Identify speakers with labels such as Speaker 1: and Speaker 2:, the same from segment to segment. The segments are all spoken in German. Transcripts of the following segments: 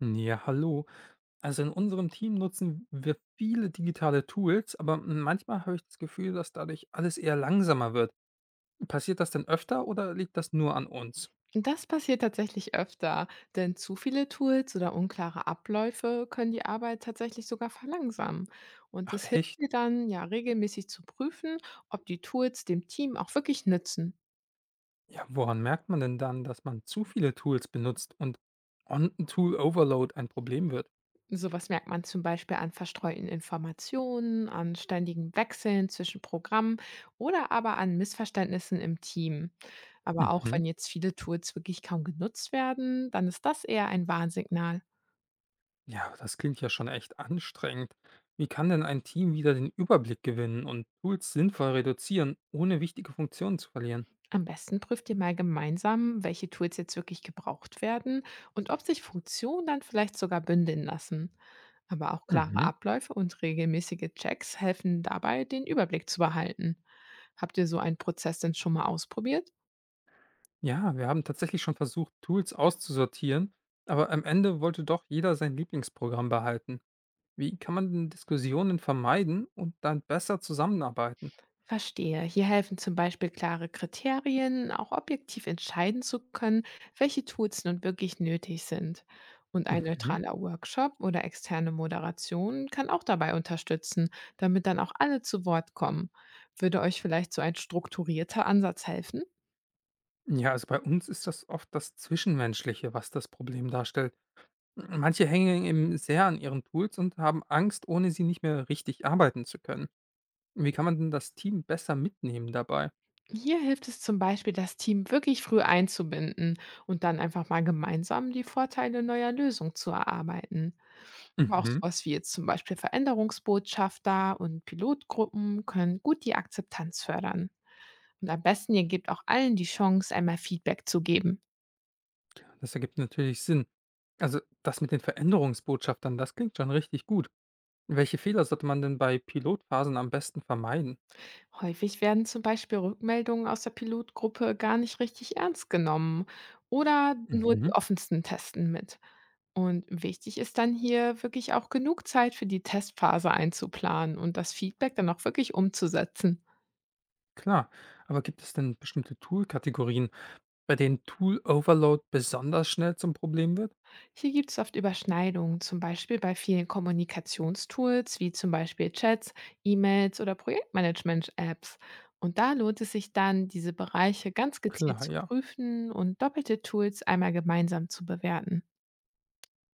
Speaker 1: Ja, hallo. Also in unserem Team nutzen wir viele digitale Tools, aber manchmal habe ich das Gefühl, dass dadurch alles eher langsamer wird. Passiert das denn öfter oder liegt das nur an uns?
Speaker 2: Das passiert tatsächlich öfter, denn zu viele Tools oder unklare Abläufe können die Arbeit tatsächlich sogar verlangsamen. Und
Speaker 1: Ach
Speaker 2: es hilft
Speaker 1: echt?
Speaker 2: dir dann, ja, regelmäßig zu prüfen, ob die Tools dem Team auch wirklich nützen.
Speaker 1: Ja, woran merkt man denn dann, dass man zu viele Tools benutzt und On-Tool-Overload ein Problem wird?
Speaker 2: Sowas merkt man zum Beispiel an verstreuten Informationen, an ständigen Wechseln zwischen Programmen oder aber an Missverständnissen im Team. Aber auch
Speaker 1: Mhm.
Speaker 2: wenn jetzt viele Tools wirklich kaum genutzt werden, dann ist das eher ein Warnsignal.
Speaker 1: Ja, das klingt ja schon echt anstrengend. Wie kann denn ein Team wieder den Überblick gewinnen und Tools sinnvoll reduzieren, ohne wichtige Funktionen zu verlieren?
Speaker 2: Am besten prüft ihr mal gemeinsam, welche Tools jetzt wirklich gebraucht werden und ob sich Funktionen dann vielleicht sogar bündeln lassen. Aber auch klare
Speaker 1: Mhm.
Speaker 2: Abläufe und regelmäßige Checks helfen dabei, den Überblick zu behalten. Habt ihr so einen Prozess denn schon mal ausprobiert?
Speaker 1: Ja, wir haben tatsächlich schon versucht, Tools auszusortieren, aber am Ende wollte doch jeder sein Lieblingsprogramm behalten. Wie kann man denn Diskussionen vermeiden und dann besser zusammenarbeiten?
Speaker 2: Verstehe. Hier helfen zum Beispiel klare Kriterien, auch objektiv entscheiden zu können, welche Tools nun wirklich nötig sind. Und ein
Speaker 1: Mhm.
Speaker 2: neutraler Workshop oder externe Moderation kann auch dabei unterstützen, damit dann auch alle zu Wort kommen. Würde euch vielleicht so ein strukturierter Ansatz helfen?
Speaker 1: Ja, also bei uns ist das oft das Zwischenmenschliche, was das Problem darstellt. Manche hängen eben sehr an ihren Tools und haben Angst, ohne sie nicht mehr richtig arbeiten zu können. Wie kann man denn das Team besser mitnehmen dabei?
Speaker 2: Hier hilft es zum Beispiel, das Team wirklich früh einzubinden und dann einfach mal gemeinsam die Vorteile neuer Lösung zu erarbeiten. Aber auch
Speaker 1: Mhm.
Speaker 2: sowas wie jetzt zum Beispiel Veränderungsbotschafter und Pilotgruppen können gut die Akzeptanz fördern. Und am besten, ihr gebt auch allen die Chance, einmal Feedback zu geben.
Speaker 1: Das ergibt natürlich Sinn. Also das mit den Veränderungsbotschaftern, das klingt schon richtig gut. Welche Fehler sollte man denn bei Pilotphasen am besten vermeiden?
Speaker 2: Häufig werden zum Beispiel Rückmeldungen aus der Pilotgruppe gar nicht richtig ernst genommen oder nur die
Speaker 1: Mhm.
Speaker 2: offensten testen mit. Und wichtig ist dann hier wirklich auch genug Zeit für die Testphase einzuplanen und das Feedback dann auch wirklich umzusetzen.
Speaker 1: Klar, aber gibt es denn bestimmte Tool-Kategorien, bei denen Tool-Overload besonders schnell zum Problem wird?
Speaker 2: Hier gibt es oft Überschneidungen, zum Beispiel bei vielen Kommunikationstools wie zum Beispiel Chats, E-Mails oder Projektmanagement-Apps. Und da lohnt es sich dann, diese Bereiche ganz gezielt
Speaker 1: Klar,
Speaker 2: zu
Speaker 1: ja.
Speaker 2: prüfen und doppelte Tools einmal gemeinsam zu bewerten.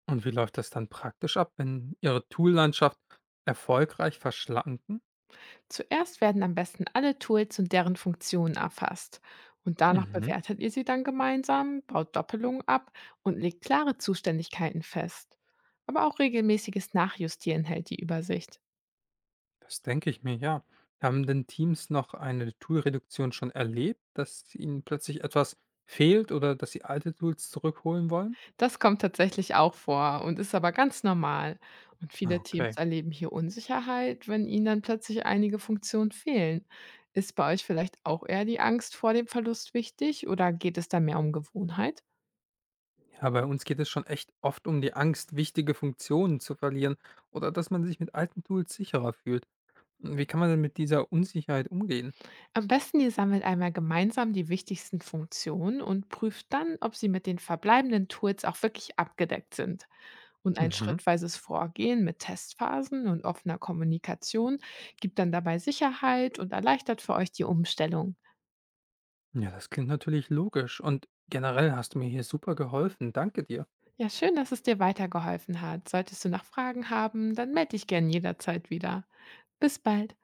Speaker 1: Und wie läuft das dann praktisch ab, wenn Ihre Tool-Landschaft erfolgreich verschlanken?
Speaker 2: Zuerst werden am besten alle Tools und deren Funktionen erfasst. Und danach
Speaker 1: Mhm.
Speaker 2: bewertet ihr sie dann gemeinsam, baut Doppelungen ab und legt klare Zuständigkeiten fest. Aber auch regelmäßiges Nachjustieren hält die Übersicht.
Speaker 1: Das denke ich mir, ja. Haben denn Teams noch eine Tool-Reduktion schon erlebt, dass ihnen plötzlich etwas fehlt oder dass sie alte Tools zurückholen wollen?
Speaker 2: Das kommt tatsächlich auch vor und ist aber ganz normal. Und
Speaker 1: Ah,
Speaker 2: viele
Speaker 1: okay.
Speaker 2: Teams erleben hier Unsicherheit, wenn ihnen dann plötzlich einige Funktionen fehlen. Ist bei euch vielleicht auch eher die Angst vor dem Verlust wichtig oder geht es da mehr um Gewohnheit?
Speaker 1: Ja, bei uns geht es schon echt oft um die Angst, wichtige Funktionen zu verlieren oder dass man sich mit alten Tools sicherer fühlt. Wie kann man denn mit dieser Unsicherheit umgehen?
Speaker 2: Am besten, ihr sammelt einmal gemeinsam die wichtigsten Funktionen und prüft dann, ob sie mit den verbleibenden Tools auch wirklich abgedeckt sind. Und ein
Speaker 1: Mhm.
Speaker 2: schrittweises Vorgehen mit Testphasen und offener Kommunikation gibt dann dabei Sicherheit und erleichtert für euch die Umstellung.
Speaker 1: Ja, das klingt natürlich logisch und generell hast du mir hier super geholfen. Danke dir.
Speaker 2: Ja, schön, dass es dir weitergeholfen hat. Solltest du noch Fragen haben, dann melde dich gern jederzeit wieder. Bis bald.